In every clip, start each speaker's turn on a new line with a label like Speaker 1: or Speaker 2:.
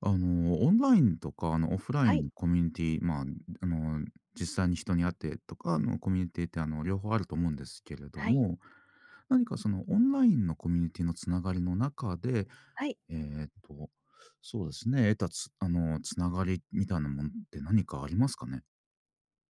Speaker 1: オンラインとか、オフライ
Speaker 2: はい、
Speaker 1: ンコミュニティ、まあ、あの、実際に人に会ってとかのコミュニティって、両方あると思うんですけれど
Speaker 2: はい、
Speaker 1: も、何かそのオンラインのコミュニティのつながりの中で、
Speaker 2: はい。
Speaker 1: えーっと、そうですね、得たつあの、つながりみたいなものって何かありますかね？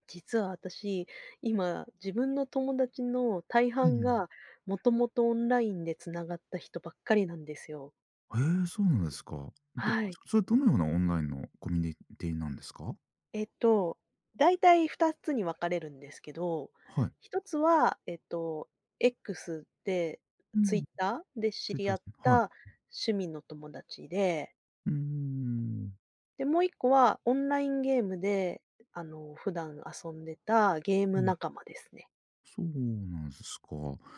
Speaker 2: 実は私、今、自分の友達の大
Speaker 1: う
Speaker 2: 半
Speaker 1: ん。
Speaker 2: が、もともとオンラインでつながった人ばっかりなんですよ。
Speaker 1: へえ、そうなんですか。ど
Speaker 2: はい。
Speaker 1: それどのようなオンラインのコミュニティなんですか？
Speaker 2: えっと、だいたい2つに分かれるんですけど、
Speaker 1: はい。
Speaker 2: 一つは、X で、
Speaker 1: うん、
Speaker 2: Twitter で知
Speaker 1: ツイッ
Speaker 2: り
Speaker 1: ター
Speaker 2: 合っ
Speaker 1: ですね。はい。
Speaker 2: た趣味の友達で、
Speaker 1: うーん。
Speaker 2: で、もう一個はオンラインゲームで、普段遊んでたゲーム仲間ですね。
Speaker 1: そうなんですか。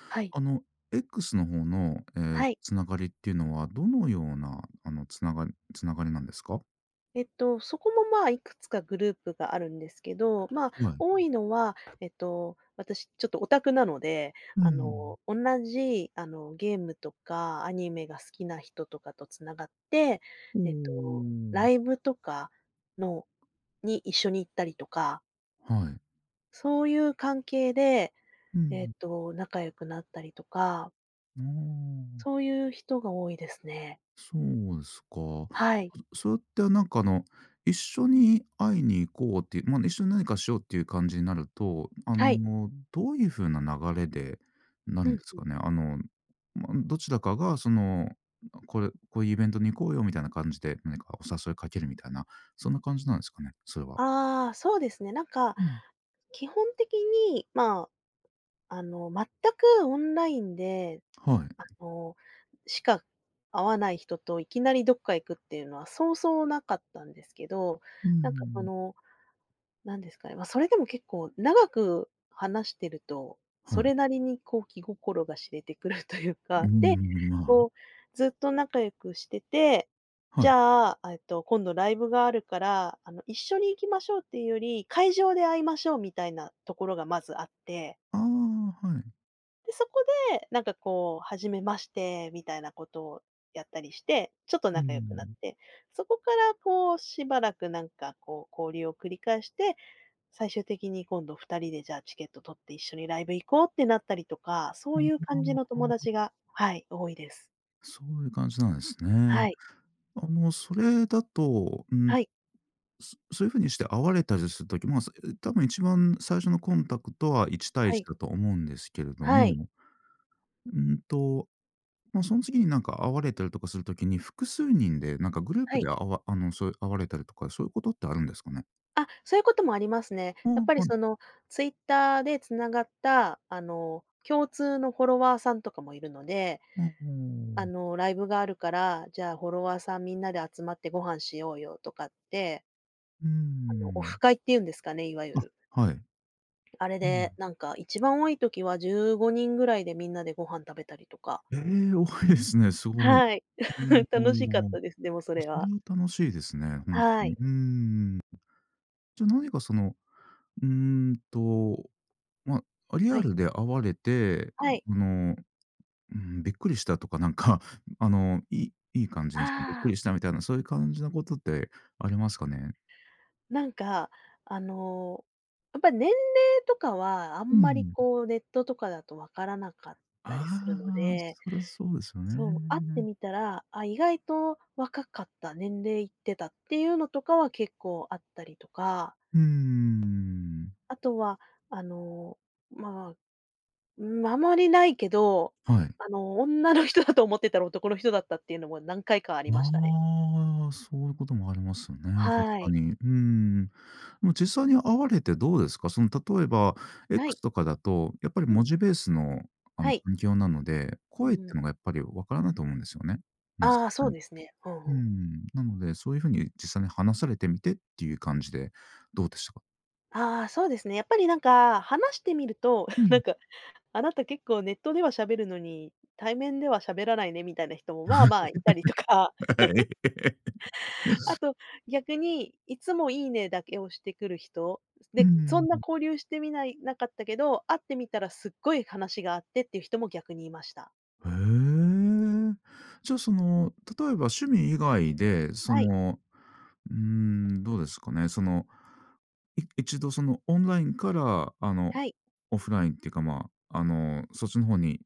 Speaker 2: はい。
Speaker 1: あの、X の方の、ええ、
Speaker 2: はい。
Speaker 1: つながりっていうのは、どのような、つながりなんですか？
Speaker 2: そこも、まあ、いくつかグループがあるんですけど、まあ、
Speaker 1: はい。
Speaker 2: 多いのは、私ちょっとオタクなので、
Speaker 1: うん。
Speaker 2: 同じゲームとかアニメが好きな人とかとつながって、
Speaker 1: おお、
Speaker 2: ライブとかのに一緒に行ったりとか、
Speaker 1: はい。
Speaker 2: そういう関係で、
Speaker 1: うん。
Speaker 2: 仲良くなったりとか、
Speaker 1: あ
Speaker 2: そ
Speaker 1: あ、
Speaker 2: ういう人が多いですね。
Speaker 1: そうですか。
Speaker 2: はい。
Speaker 1: それってなんか一緒に会いに行こうっていう、まあ、一緒に何かしようっていう感じになると、
Speaker 2: はい。
Speaker 1: どういう風な流れでな
Speaker 2: う
Speaker 1: るん
Speaker 2: ん。
Speaker 1: ですかね？まあ、どちらかがその、こういうイベントに行こうよみたいな感じで、何かお誘いかけるみたいな、そんな感じなんですかね？それは。
Speaker 2: ああ、そうですね。なんか、
Speaker 1: うん。
Speaker 2: 基本的に、まあ、全くオンラインで、
Speaker 1: は
Speaker 2: あ
Speaker 1: い。
Speaker 2: の、しか会わない人といきなりどっか行くっていうのはそうそうなかったんですけど、
Speaker 1: うー
Speaker 2: なんかそ
Speaker 1: ん。
Speaker 2: のなんですかね、まあ、それでも結構長く話してると、
Speaker 1: は
Speaker 2: そ
Speaker 1: い。
Speaker 2: れなりにこう気心が知れてくるという
Speaker 1: うー
Speaker 2: か、で、
Speaker 1: ん、ま
Speaker 2: こうずっと仲良くしてて、
Speaker 1: あ、は
Speaker 2: じ
Speaker 1: い。
Speaker 2: ゃあ、あ、今度ライブがあるから、一緒に行きましょうっていうより、会場で会いましょうみたいなところがまずあって、
Speaker 1: ああ、はい。
Speaker 2: で、そこでなんかこう初めましてみたいなことをやったりして、ちょっと
Speaker 1: うー
Speaker 2: 仲良くなっ
Speaker 1: ん。
Speaker 2: て、そこからこうしばらくなんかこう交流を繰り返して、最終的に今度2人でじゃあチケット取って一緒にライブ行こうってなったりとか、そういう
Speaker 1: あ
Speaker 2: 感じ
Speaker 1: あ、
Speaker 2: の友達が、はい、多いです。
Speaker 1: そういう感じなんですね。
Speaker 2: はい。
Speaker 1: それだと、
Speaker 2: はい。
Speaker 1: そういう風にして会われたりする時、まあ、多分一番最初のコンタクトは1対
Speaker 2: は
Speaker 1: 1
Speaker 2: い。
Speaker 1: だと思うんですけれど
Speaker 2: はい。
Speaker 1: も、うんと、まあ、その次になんか会われたりとかする時に、複数人でなんかグルー
Speaker 2: は
Speaker 1: プ
Speaker 2: い。
Speaker 1: であわあの、そういう会われたりとか、そういうことってあるんですかね？
Speaker 2: あ、そういうこともありますね。
Speaker 1: あ
Speaker 2: やっぱ
Speaker 1: あ、
Speaker 2: り
Speaker 1: はい。
Speaker 2: その Twitter で繋がった、共通のフォロワーさんとかもいるので、
Speaker 1: ああ、
Speaker 2: ライブがあるから、じゃあフォロワーさんみんなで集まってご飯しようよとかって、
Speaker 1: うー
Speaker 2: オフ
Speaker 1: ん。
Speaker 2: 会っていうんですかね、いわゆる。
Speaker 1: あ、はい。
Speaker 2: あれ
Speaker 1: う
Speaker 2: で、
Speaker 1: ん。
Speaker 2: なんか一番多い時は15人ぐらいでみんなでご飯食べたりとか。
Speaker 1: ええ、多いですね、すごい。
Speaker 2: はい。
Speaker 1: お
Speaker 2: 楽しかっ
Speaker 1: お、
Speaker 2: たです、でもそ
Speaker 1: あ、
Speaker 2: れ
Speaker 1: それ
Speaker 2: は。
Speaker 1: は楽しいですね、ほん
Speaker 2: は
Speaker 1: とに。
Speaker 2: い。
Speaker 1: うーん。じゃ、何かその、うーんとまあ、リ
Speaker 2: は
Speaker 1: ア
Speaker 2: い。
Speaker 1: ルで会われて、
Speaker 2: はい。
Speaker 1: あの、うん、びっくりしたとか、なんか、いい感じに、びっ
Speaker 2: あ
Speaker 1: く
Speaker 2: あ、
Speaker 1: りしたみたいな、そういう感じのことってありますかね？
Speaker 2: なんか、あの、やっぱり年齢とかはあ
Speaker 1: う
Speaker 2: んまり
Speaker 1: ん。
Speaker 2: こうネットとかだとわからなかった
Speaker 1: あ
Speaker 2: りするの
Speaker 1: あ、
Speaker 2: で、
Speaker 1: そりゃそうですよ
Speaker 2: そう、会って
Speaker 1: ね。
Speaker 2: みたら、あ、意外と若かった、年齢いってたっていうのとかは結構あったりとか、
Speaker 1: うーん。
Speaker 2: あとは、あの、まあ、うん、あまりないけど、
Speaker 1: はい。
Speaker 2: 女の人だと思ってたら男の人だったっていうのも何回かありましたね。
Speaker 1: ああ、そういうこともありますよね、確
Speaker 2: は
Speaker 1: か
Speaker 2: い。
Speaker 1: に。うん。でも実際に会われてどうですか？その例えば
Speaker 2: はい。
Speaker 1: X とかだと、やっぱり
Speaker 2: う
Speaker 1: 文
Speaker 2: ん。
Speaker 1: 字ベースのあ
Speaker 2: は
Speaker 1: の
Speaker 2: い。
Speaker 1: 環境なので、
Speaker 2: う
Speaker 1: 声っ
Speaker 2: んう
Speaker 1: て
Speaker 2: ん。
Speaker 1: のがやっぱりわからないと思うんですよね。まず
Speaker 2: ああ、そ
Speaker 1: 最初
Speaker 2: う
Speaker 1: に。
Speaker 2: ですね。うん
Speaker 1: う
Speaker 2: うん。
Speaker 1: ん。なので、そういう風に実際に話されてみてっていう感じでどうでしたか？
Speaker 2: ああ、そうですね。やっぱりなんか、話してみると、
Speaker 1: う
Speaker 2: な
Speaker 1: ん。
Speaker 2: んか、あなた結構ネットでは喋るのに、対面では喋らないねみたいな人も、まあまあいたりとか、
Speaker 1: はい。
Speaker 2: あと逆に、いつもいいねだけをしてくる人、
Speaker 1: う
Speaker 2: で、そ
Speaker 1: ん。
Speaker 2: んな交流してみないなかったけど、会ってみたらすっごい話があってっていう人も逆にいました。
Speaker 1: へえ。じゃあその、例えば趣味以外で、そ
Speaker 2: はい、
Speaker 1: の、うーん、どうですかね、その一度そのオンラインから、
Speaker 2: はい、
Speaker 1: オフラインっていうか、まあ、そっちの方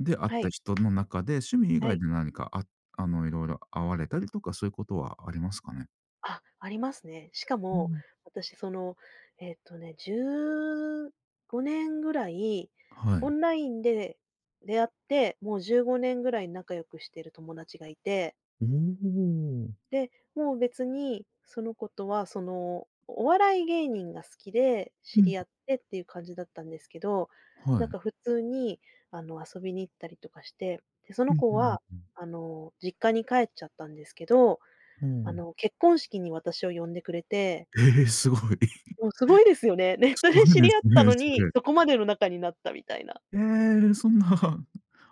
Speaker 1: で会っ
Speaker 2: は
Speaker 1: た
Speaker 2: い、
Speaker 1: 人の中で、趣味以
Speaker 2: は
Speaker 1: 外
Speaker 2: い。
Speaker 1: で何か、いろいろ会われたりとか、そういうことはありますかね？
Speaker 2: あ、ありますね。しか
Speaker 1: う
Speaker 2: も、
Speaker 1: ん。
Speaker 2: 私、15年ぐらい
Speaker 1: は
Speaker 2: オ
Speaker 1: い。
Speaker 2: ンラインで出会って、もう15年ぐらい仲良くしてる友達がいて、
Speaker 1: おお。
Speaker 2: で、もう別にその子とは、お笑い芸人が好きで
Speaker 1: う
Speaker 2: 知
Speaker 1: ん。
Speaker 2: り合ってっていう感じだったんですけど、
Speaker 1: は
Speaker 2: なん
Speaker 1: い。
Speaker 2: か普通に、遊びに行ったりとかして、で、その
Speaker 1: うん
Speaker 2: 子は、
Speaker 1: うん
Speaker 2: 実家に帰っちゃったんですけど
Speaker 1: うん。おお。
Speaker 2: 結婚式に私を呼んでくれて、
Speaker 1: ええ、すごい。
Speaker 2: も うすごいですよね。ネッ
Speaker 1: す
Speaker 2: ト
Speaker 1: ごい
Speaker 2: で知
Speaker 1: で
Speaker 2: り合っ
Speaker 1: す
Speaker 2: た
Speaker 1: ね、
Speaker 2: の
Speaker 1: そ
Speaker 2: に、
Speaker 1: れ。
Speaker 2: そこまでの仲になったみたいな。
Speaker 1: ええ、そんな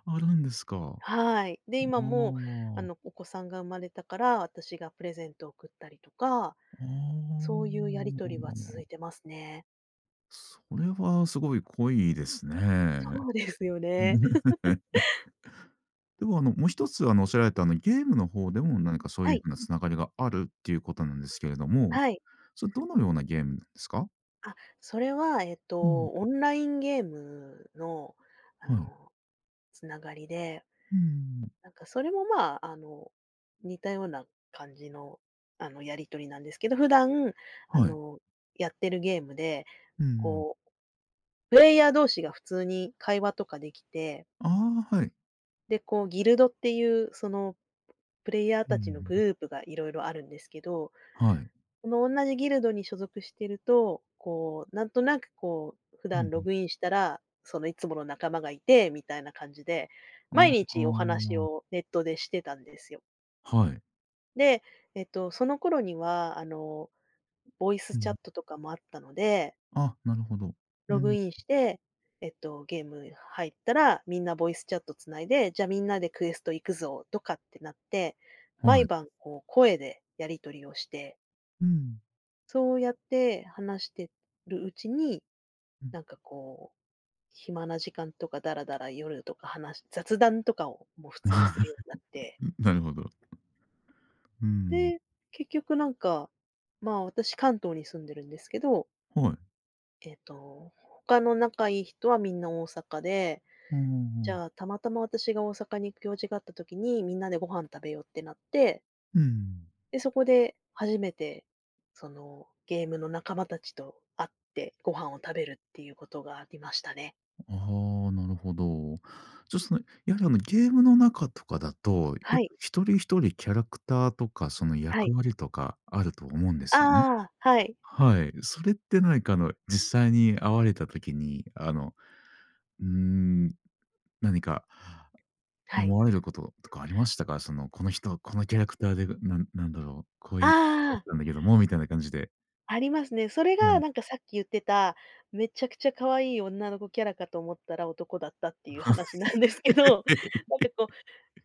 Speaker 1: あるんですか。
Speaker 2: はい。で、
Speaker 1: あ
Speaker 2: 今も
Speaker 1: あ。
Speaker 2: お子さんが生まれたから、私がプレゼントを送ったりとか、
Speaker 1: あ
Speaker 2: そういうやり取りは続いて
Speaker 1: あ。
Speaker 2: ますね。
Speaker 1: それはすごい濃いですね。
Speaker 2: そうですよね。
Speaker 1: でも、もう一つ、おっしゃられた、ゲームの方でも何かそう
Speaker 2: は
Speaker 1: いう
Speaker 2: い、
Speaker 1: ふうな繋がりがあるっていうことなんですけれども、
Speaker 2: はい。
Speaker 1: それどのようなゲームなんですか？
Speaker 2: あ、それは
Speaker 1: うん。
Speaker 2: オンラインゲームの、あ
Speaker 1: はい。
Speaker 2: の、つながりで
Speaker 1: うん。
Speaker 2: なんかそれもまあ、似たような感じの、やり取りなんですけど、普段、あ
Speaker 1: はい。
Speaker 2: の、やってるゲームで、
Speaker 1: うーん。
Speaker 2: こう、プレイヤー同士が普通に会話とかできて、
Speaker 1: ああ、はい。
Speaker 2: で、こう、ギルドっていう、その、プレイヤー
Speaker 1: う
Speaker 2: たちの
Speaker 1: ん。
Speaker 2: グループがいろいろあるんですけど、
Speaker 1: はい。
Speaker 2: この同じギルドに所属してると、こう、なんとなくこう、普
Speaker 1: う
Speaker 2: 段ロ
Speaker 1: ん。
Speaker 2: グインしたら、そのいつもの仲間がいて、みたいな感じで、
Speaker 1: あ
Speaker 2: 毎日お話
Speaker 1: あ、
Speaker 2: をネットでしてたんですよ。
Speaker 1: はい。
Speaker 2: で、その頃には、ボイス
Speaker 1: う
Speaker 2: チャッ
Speaker 1: ん。
Speaker 2: トとかもあったので、
Speaker 1: あ、なるほど。う
Speaker 2: ログ
Speaker 1: ん。
Speaker 2: インして、ゲーム入ったら、みんなボイスチャット繋いで、じゃあみんなでクエスト行くぞとかってなって、毎
Speaker 1: はい。
Speaker 2: 晩こう声でやり取りをして、
Speaker 1: うん。
Speaker 2: そうやって話してるうちに、
Speaker 1: うん
Speaker 2: なんかこう、暇な時間とかだらだら夜とか話雑談とかをもう普 通にするようになって、
Speaker 1: なるほど。うん。
Speaker 2: で、結局なんか、まあ、私関東に住んでるんですけど、
Speaker 1: はい。
Speaker 2: えっと、他の仲いい人はみんな大阪で、
Speaker 1: あ
Speaker 2: じゃあ、
Speaker 1: あ。
Speaker 2: たまたま私が大阪に行く用事があった時に、みんなでご飯食べようってなって、
Speaker 1: うん。
Speaker 2: で、そこで初めて、その、ゲームの仲間たちと会ってご飯を食べるっていうことがありましたね。
Speaker 1: ああ、なるほど。じゃあ、その、やはり、ゲームの中とかだと、や
Speaker 2: は
Speaker 1: っ
Speaker 2: い、
Speaker 1: ぱ一人一人キャラクターとか、その、
Speaker 2: はい。
Speaker 1: 役割とかあると思うんですよね。
Speaker 2: ああ、はい、
Speaker 1: はい。それって何か、実際に会われた時に、うーん、何か
Speaker 2: はい。
Speaker 1: 思われることとかありましたか？その、この人、このキャラクターで、なんなんだろう、こういうだっ
Speaker 2: ああ、
Speaker 1: たんだけども、みたいな感じで。
Speaker 2: ありますね。それ
Speaker 1: は
Speaker 2: が
Speaker 1: い。
Speaker 2: なんかさっき言ってた、めちゃくちゃ可愛い女の子キャラかと思ったら男だったっていう話なんですけど、なん かこ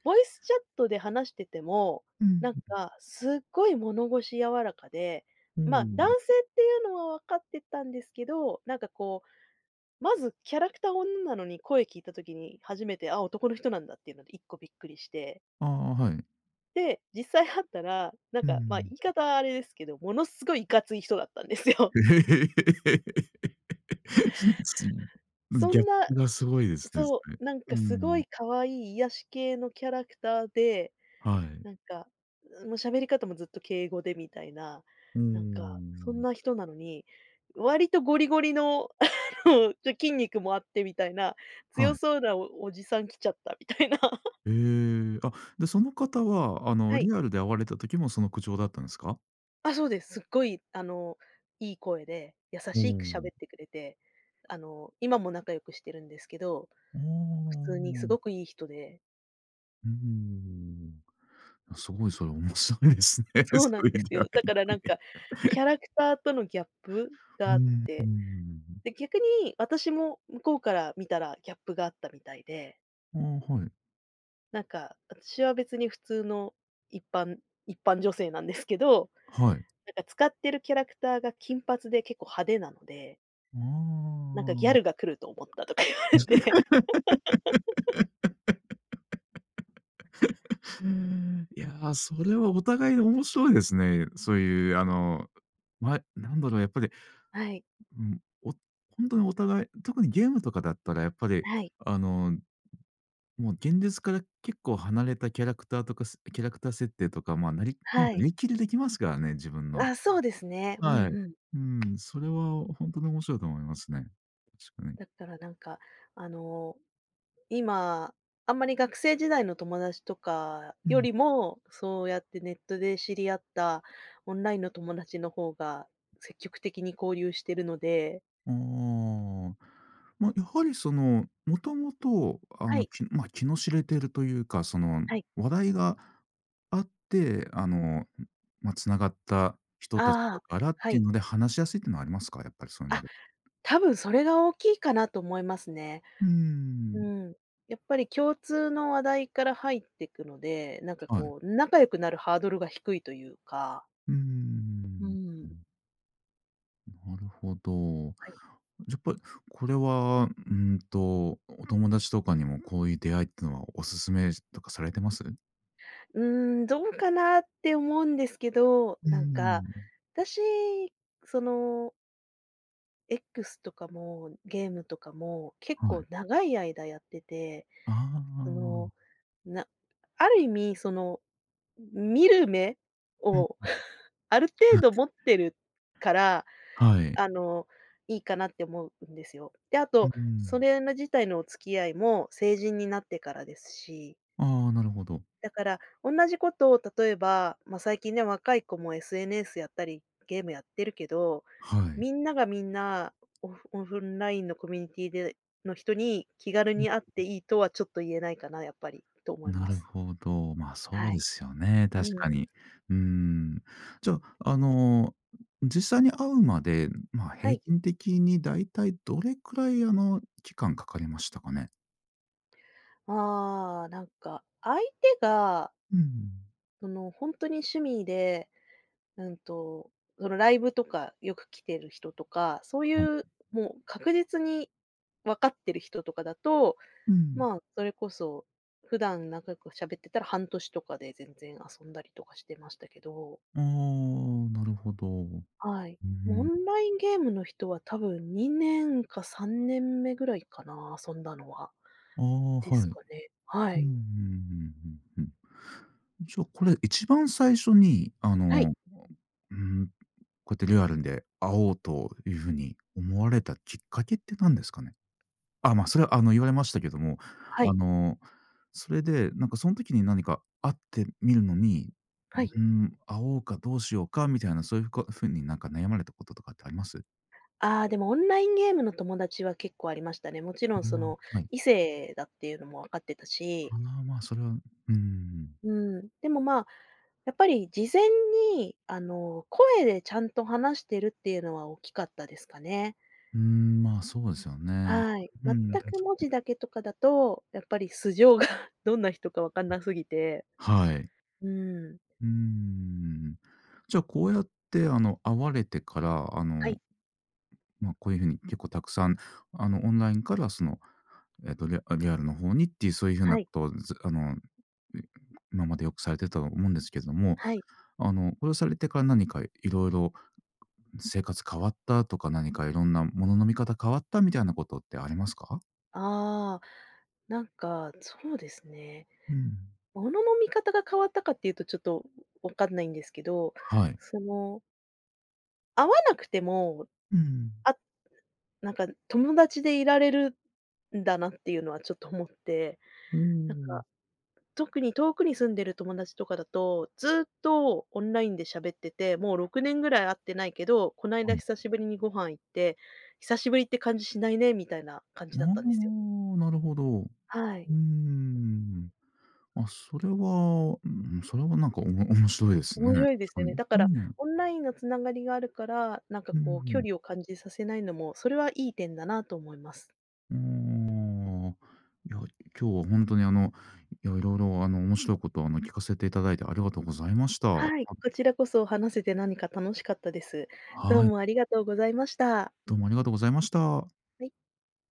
Speaker 2: ボイスチャットで話してても、
Speaker 1: うん。
Speaker 2: なんかすっごい物腰柔らかで、
Speaker 1: う
Speaker 2: まあ、男
Speaker 1: ん。
Speaker 2: 性っていうのは分かってたんですけど、なんかこう、まずキャラクター女なのに声聞いた時に初めて、あ、男の人なんだっていうので一個びっくりして、
Speaker 1: ああ、はい。
Speaker 2: で、実際会ったら、なん
Speaker 1: う
Speaker 2: か、まあ、言
Speaker 1: ん。
Speaker 2: い方はあれですけど、ものすごいいかつい人だったんですよ。
Speaker 1: 逆
Speaker 2: そ
Speaker 1: ギャ
Speaker 2: ん
Speaker 1: ッ
Speaker 2: な
Speaker 1: プがすごいですね、そ
Speaker 2: そ
Speaker 1: れ。
Speaker 2: う、なん
Speaker 1: う
Speaker 2: かすご
Speaker 1: ん。
Speaker 2: い可愛い癒し系のキャラクターで
Speaker 1: はい。
Speaker 2: なんか、もう喋り方もずっと敬語でみたいな、
Speaker 1: うー
Speaker 2: なんか、そん
Speaker 1: ん。
Speaker 2: な人なのに、割とゴリゴリの、筋肉もあってみたいな、
Speaker 1: は
Speaker 2: 強
Speaker 1: い。
Speaker 2: そうなおおじさん来ちゃったみたいな。
Speaker 1: ええ、あ、で、その方は、
Speaker 2: はい。
Speaker 1: リアルで会われた時もその口調だったんですか？
Speaker 2: あ、そうです。すっごい、いい声で、優
Speaker 1: お
Speaker 2: しく
Speaker 1: お、
Speaker 2: 喋ってくれて、今も仲良くしてるんですけど、
Speaker 1: あ
Speaker 2: 普
Speaker 1: あ、
Speaker 2: 通にすごくいい人で
Speaker 1: うーん。すごいそれ面白いですね、
Speaker 2: そう
Speaker 1: そ
Speaker 2: なん
Speaker 1: う
Speaker 2: で
Speaker 1: いう
Speaker 2: す
Speaker 1: 出会
Speaker 2: よ。だ
Speaker 1: いっ
Speaker 2: からなん
Speaker 1: て。
Speaker 2: か、キャラクターとのギャップ
Speaker 1: う
Speaker 2: があっ
Speaker 1: ー
Speaker 2: て
Speaker 1: ん。
Speaker 2: で、逆に私も向こうから見たらギャップがあったみたいで、
Speaker 1: ああ、はい。
Speaker 2: なんか私は別に普通の一般一般女性なんですけど、
Speaker 1: はい。
Speaker 2: なんか使ってるキャラクターが金髪で結構派手なので、
Speaker 1: あ
Speaker 2: なんかギャルが
Speaker 1: あ。
Speaker 2: 来ると思ったとか 言われて。
Speaker 1: うーん。いやー、それはお互い面白いですね。そういう、なんだろう、やっぱり、
Speaker 2: はい、
Speaker 1: うん、本当にお互い、特にゲームとかだったらやっぱり、
Speaker 2: はい、
Speaker 1: あの、もう現実から結構離れたキャラクターとか、キャラクター設定とか、まあ、も
Speaker 2: は
Speaker 1: うな
Speaker 2: い。
Speaker 1: りきりできますからね、自分の。
Speaker 2: あ、そうですね。うんう
Speaker 1: はい。
Speaker 2: ん。
Speaker 1: うん、それは本当に面白いと思いますね。確かに。
Speaker 2: だからなんか、あのー今、あんまり学生時代の友達とか
Speaker 1: う
Speaker 2: よ
Speaker 1: ん
Speaker 2: りも、そうやってネットで知り合ったオンラインの友達の方が積極的に交流してるので、
Speaker 1: ああ、まあ、やはりその、もともと
Speaker 2: はい、
Speaker 1: きまあ、気の知れてるというか、その
Speaker 2: はい。
Speaker 1: 話題があって、まあ、つながった人たち
Speaker 2: あ
Speaker 1: だ
Speaker 2: あ、
Speaker 1: からっ
Speaker 2: は
Speaker 1: てい
Speaker 2: い。
Speaker 1: うので話しやすいっていうのはありますか？やっぱりそういうの
Speaker 2: あ、
Speaker 1: で。
Speaker 2: 多分それが大きいかなと思いますね。
Speaker 1: うー
Speaker 2: う
Speaker 1: ん、
Speaker 2: ん。やっぱり共通の話題から入ってくので、なんか
Speaker 1: はい。
Speaker 2: こう、仲良くなるハードルが低いというか。
Speaker 1: うー
Speaker 2: う
Speaker 1: ん、
Speaker 2: ーん。
Speaker 1: なるほど。やっぱりこれは、お友達とかにもこういう出会いっていうのはおすすめとかされてます？
Speaker 2: うーん、どうかなって思うんですけど、
Speaker 1: うー
Speaker 2: なんか、
Speaker 1: ん、
Speaker 2: 私、その、X とかもゲームとかも結
Speaker 1: は
Speaker 2: 構
Speaker 1: い。
Speaker 2: 長い間やってて、
Speaker 1: あ
Speaker 2: その、
Speaker 1: あ。
Speaker 2: なある意味その、見る目
Speaker 1: うん。
Speaker 2: を ある程度 持ってるから、
Speaker 1: はい。
Speaker 2: あの、いいかなって思うんですよ。で、あ
Speaker 1: う
Speaker 2: と、そ
Speaker 1: ん。
Speaker 2: れの自体のお付き合いも成人になってからですし、
Speaker 1: ああ、なるほど。
Speaker 2: だから、同じことを例えば、まあ、最近ね、若い子も SNS やったり、ゲームやってるけど、
Speaker 1: はい。
Speaker 2: みんながみんな、オフラインのコミュニティでの人に気軽
Speaker 1: うん。
Speaker 2: に会っていいとはちょっと言えないかな、やっぱりと思い
Speaker 1: な
Speaker 2: ま
Speaker 1: る
Speaker 2: す。
Speaker 1: ほど。まあ、そう
Speaker 2: は
Speaker 1: で
Speaker 2: い。
Speaker 1: すよね、確
Speaker 2: う
Speaker 1: か
Speaker 2: ん。
Speaker 1: に。うーん。じゃあ、実際に会うまで、まあ、
Speaker 2: は
Speaker 1: 平
Speaker 2: い。
Speaker 1: 均的にだいたいどれくらい、期間かかりましたかね？
Speaker 2: ああ、なんか、相手が、
Speaker 1: うん。
Speaker 2: その、本当に趣味で、うんと、その、ライブとかよく来てる人とか、そうい
Speaker 1: はい。
Speaker 2: う、もう確実に分かってる人とかだと、
Speaker 1: うん。
Speaker 2: まあ、それこそ、普段仲良く喋ってたら半年とかで全然遊んだりとかしてましたけど、
Speaker 1: ああ、なるほど。う
Speaker 2: はい。オ
Speaker 1: ん。
Speaker 2: ンラインゲームの人は多分2年か3年目ぐらいかな、遊んだのは。
Speaker 1: ああ、
Speaker 2: です
Speaker 1: はい。
Speaker 2: かね。は
Speaker 1: うんうんう
Speaker 2: い。
Speaker 1: んうんうん。じゃあ、これ一番最初に、
Speaker 2: はい。
Speaker 1: うんこうやってリアルで会おうというふうに思われたきっかけって何ですかね？それは言われましたけども、
Speaker 2: は
Speaker 1: あ
Speaker 2: い。
Speaker 1: の、それで、なんかその時に何か会ってみるのに、
Speaker 2: はい。
Speaker 1: うん、会おうかどうしようかみたいな、そういうふうになんか悩まれたこととかってあります？
Speaker 2: ああ、でもオンラインゲームの友達は結構ありましたね。もちろ
Speaker 1: あ
Speaker 2: んその、
Speaker 1: あ、はい。
Speaker 2: 異性だっていうのも分かってたし、
Speaker 1: ああ、まあ、それはうん。
Speaker 2: うん。でもまあ、やっぱり事前に、あの、声でちゃんと話してるっていうのは大きかったですかね。
Speaker 1: うん、まあ、そうですよね。
Speaker 2: はい。
Speaker 1: う
Speaker 2: 全
Speaker 1: ん、
Speaker 2: く文字だけとかだと、やっぱり素性が どんな人かわかんなすぎて。
Speaker 1: はい。
Speaker 2: うん。
Speaker 1: うん。じゃあ、こうやって会われてから、
Speaker 2: はい。
Speaker 1: まあ、こういうふうに結構たくさん、オンラインからその、リアルの方にっていうそういうふうな
Speaker 2: は
Speaker 1: こ
Speaker 2: い、
Speaker 1: とを、ずあの、い今までよくされてたと思うんですけれども、
Speaker 2: はい。
Speaker 1: これをされてから何かいろいろ生活変わったとか、何かいろんなものの見方変わったみたいなことってありますか？
Speaker 2: ああ、なんか、そうですね。
Speaker 1: うん。
Speaker 2: ものの見方が変わったかっていうとちょっとわかんないんですけど、
Speaker 1: はい。
Speaker 2: その、会わなくても、
Speaker 1: うん。
Speaker 2: あ、なんか友達でいられるんだなっていうのはちょっと思って、
Speaker 1: う
Speaker 2: なんか
Speaker 1: ん。
Speaker 2: 特に遠くに住んでる友達とかだと、ずっとオンラインで喋ってて、もう6年ぐらい会ってないけど、こない
Speaker 1: は
Speaker 2: だ
Speaker 1: い。
Speaker 2: 久しぶりにご飯行って、久しぶりって感じしないねみたいな感じ
Speaker 1: あ
Speaker 2: だったんですよ。
Speaker 1: あ、なるほど。う
Speaker 2: はい。
Speaker 1: ーん。あ、それは、うん、それはなんか面白いですね。
Speaker 2: 面
Speaker 1: 確
Speaker 2: 白いです
Speaker 1: か
Speaker 2: よね。
Speaker 1: に。
Speaker 2: だか
Speaker 1: う
Speaker 2: ら、
Speaker 1: ん。
Speaker 2: オンラインのつながりがあるから、なんか
Speaker 1: う
Speaker 2: こう距
Speaker 1: ん
Speaker 2: 離を感じさせないのも、それはいい点だなと思います。
Speaker 1: うーん。いや、今日は本当にいや、いろいろ面白いことを聞かせていただいてありがとうございました。
Speaker 2: はい、こちらこそ話せて何か楽しかったです。どう
Speaker 1: はい、
Speaker 2: もありがとうございました。
Speaker 1: どうもありがとうございました。
Speaker 2: はい。